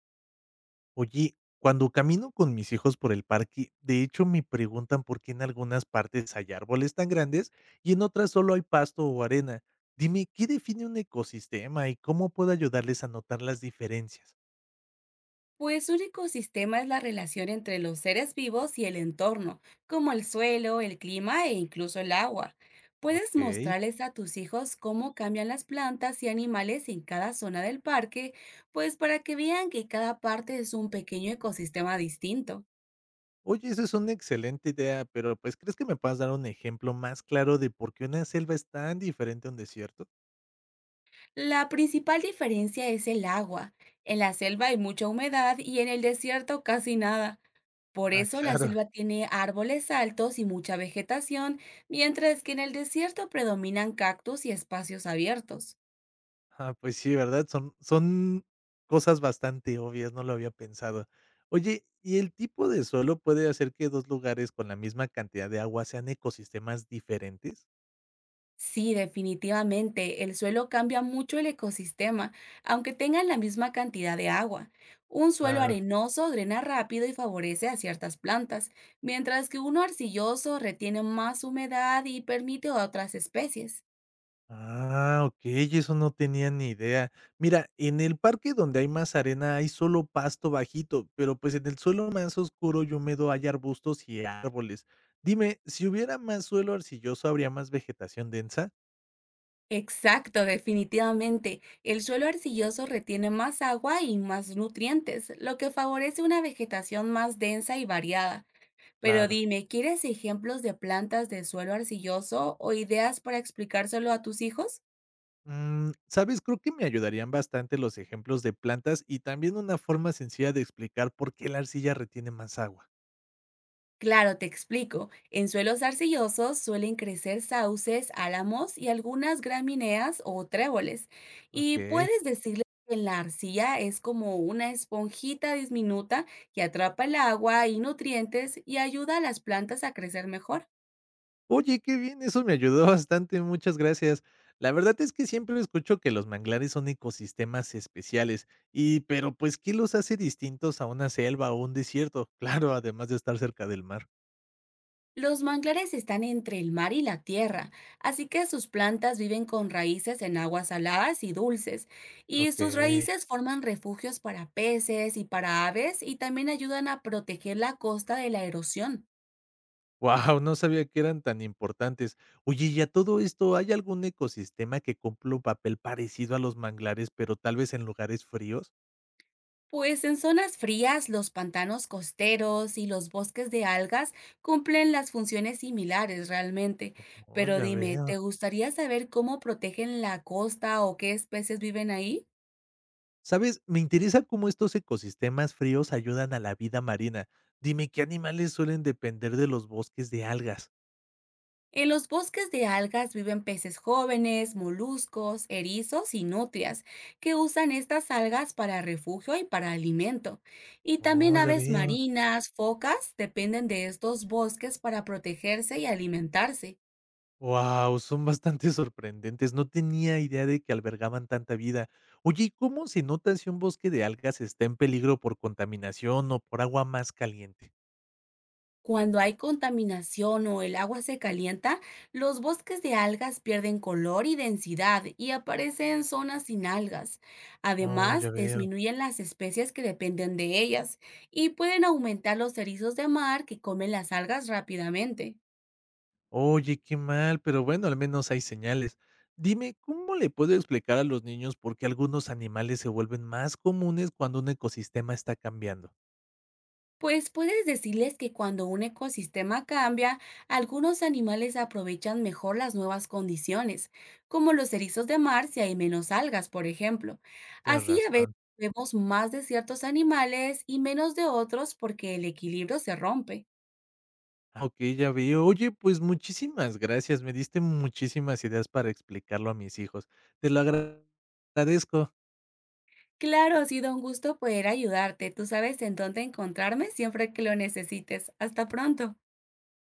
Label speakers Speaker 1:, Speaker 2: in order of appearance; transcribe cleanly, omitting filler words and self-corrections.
Speaker 1: Oye, cuando camino con mis hijos por el parque, de hecho me preguntan por qué en algunas partes hay árboles tan grandes y en otras solo hay pasto o arena. Dime, ¿qué define un ecosistema y cómo puedo ayudarles a notar las diferencias?
Speaker 2: Pues un ecosistema es la relación entre los seres vivos y el entorno, como el suelo, el clima e incluso el agua. Puedes
Speaker 1: Ok.
Speaker 2: mostrarles a tus hijos cómo cambian las plantas y animales en cada zona del parque, pues para que vean que cada parte es un pequeño ecosistema distinto.
Speaker 1: Oye, esa es una excelente idea, pero pues ¿crees que me puedas dar un ejemplo más claro de por qué una selva es tan diferente a un desierto?
Speaker 2: La principal diferencia es el agua. En la selva hay mucha humedad y en el desierto casi nada. Por
Speaker 1: Ah,
Speaker 2: eso la
Speaker 1: claro.
Speaker 2: selva tiene árboles altos y mucha vegetación, mientras que en el desierto predominan cactus y espacios abiertos.
Speaker 1: Ah, pues sí, ¿verdad? Son cosas bastante obvias, no lo había pensado. Oye, ¿y el tipo de suelo puede hacer que 2 lugares con la misma cantidad de agua sean ecosistemas diferentes?
Speaker 2: Sí, definitivamente, el suelo cambia mucho el ecosistema, aunque tengan la misma cantidad de agua. Un suelo
Speaker 1: Claro.
Speaker 2: arenoso drena rápido y favorece a ciertas plantas, mientras que uno arcilloso retiene más humedad y permite a otras especies.
Speaker 1: Ah, okey, eso no tenía ni idea. Mira, en el parque donde hay más arena hay solo pasto bajito, pero pues en el suelo más oscuro y húmedo hay arbustos y árboles. Dime, si hubiera más suelo arcilloso, ¿habría más vegetación densa?
Speaker 2: Exacto, definitivamente. El suelo arcilloso retiene más agua y más nutrientes, lo que favorece una vegetación más densa y variada. Pero
Speaker 1: Claro.
Speaker 2: dime, ¿quieres ejemplos de plantas de suelo arcilloso o ideas para explicárselo a tus hijos?
Speaker 1: ¿Sabes? Creo que me ayudarían bastante los ejemplos de plantas y también una forma sencilla de explicar por qué la arcilla retiene más agua.
Speaker 2: Claro, te explico. En suelos arcillosos suelen crecer sauces, álamos y algunas gramíneas o tréboles. Y
Speaker 1: Ok.
Speaker 2: puedes decirle que la arcilla es como una esponjita diminuta que atrapa el agua y nutrientes y ayuda a las plantas a crecer mejor.
Speaker 1: Oye, qué bien, eso me ayudó bastante, muchas gracias. La verdad es que siempre escucho que los manglares son ecosistemas especiales y pero pues ¿qué los hace distintos a una selva o un desierto? Claro, además de estar cerca del mar.
Speaker 2: Los manglares están entre el mar y la tierra, así que sus plantas viven con raíces en aguas saladas y dulces, y
Speaker 1: Ok.
Speaker 2: sus raíces forman refugios para peces y para aves y también ayudan a proteger la costa de la erosión.
Speaker 1: Wow, no sabía que eran tan importantes. Oye, y a todo esto, ¿hay algún ecosistema que cumpla un papel parecido a los manglares, pero tal vez en lugares fríos?
Speaker 2: Pues en zonas frías, los pantanos costeros y los bosques de algas cumplen las funciones similares realmente.
Speaker 1: Oh,
Speaker 2: Pero
Speaker 1: ya
Speaker 2: dime,
Speaker 1: veo.
Speaker 2: ¿te gustaría saber cómo protegen la costa o qué especies viven ahí?
Speaker 1: ¿Sabes? Me interesa cómo estos ecosistemas fríos ayudan a la vida marina. Dime, ¿qué animales suelen depender de los bosques de algas?
Speaker 2: En los bosques de algas viven peces jóvenes, moluscos, erizos y nutrias, que usan estas algas para refugio y para alimento. Y también
Speaker 1: Oh, ya
Speaker 2: aves
Speaker 1: veo.
Speaker 2: marinas, focas, dependen de estos bosques para protegerse y alimentarse.
Speaker 1: Wow, son bastante sorprendentes. No tenía idea de que albergaban tanta vida. Oye, ¿y cómo se nota si un bosque de algas está en peligro por contaminación o por agua más caliente?
Speaker 2: Cuando hay contaminación o el agua se calienta, los bosques de algas pierden color y densidad y aparecen zonas sin algas.
Speaker 1: Oh, ya
Speaker 2: Además,
Speaker 1: veo.
Speaker 2: disminuyen las especies que dependen de ellas y pueden aumentar los erizos de mar que comen las algas rápidamente.
Speaker 1: Oye, qué mal, pero bueno, al menos hay señales. Dime, ¿cómo le puedo explicar a los niños por qué algunos animales se vuelven más comunes cuando un ecosistema está cambiando?
Speaker 2: Pues puedes decirles que cuando un ecosistema cambia, algunos animales aprovechan mejor las nuevas condiciones, como los erizos de mar si hay menos algas, por ejemplo.
Speaker 1: Tienes
Speaker 2: Así a veces
Speaker 1: razón.
Speaker 2: vemos más de ciertos animales y menos de otros porque el equilibrio se rompe.
Speaker 1: Ah, ok, ya veo. Oye, pues muchísimas gracias. Me diste muchísimas ideas para explicarlo a mis hijos. Te lo agra- agradezco.
Speaker 2: Claro, ha sido un gusto poder ayudarte. Tú sabes en dónde encontrarme siempre que lo necesites. Hasta pronto.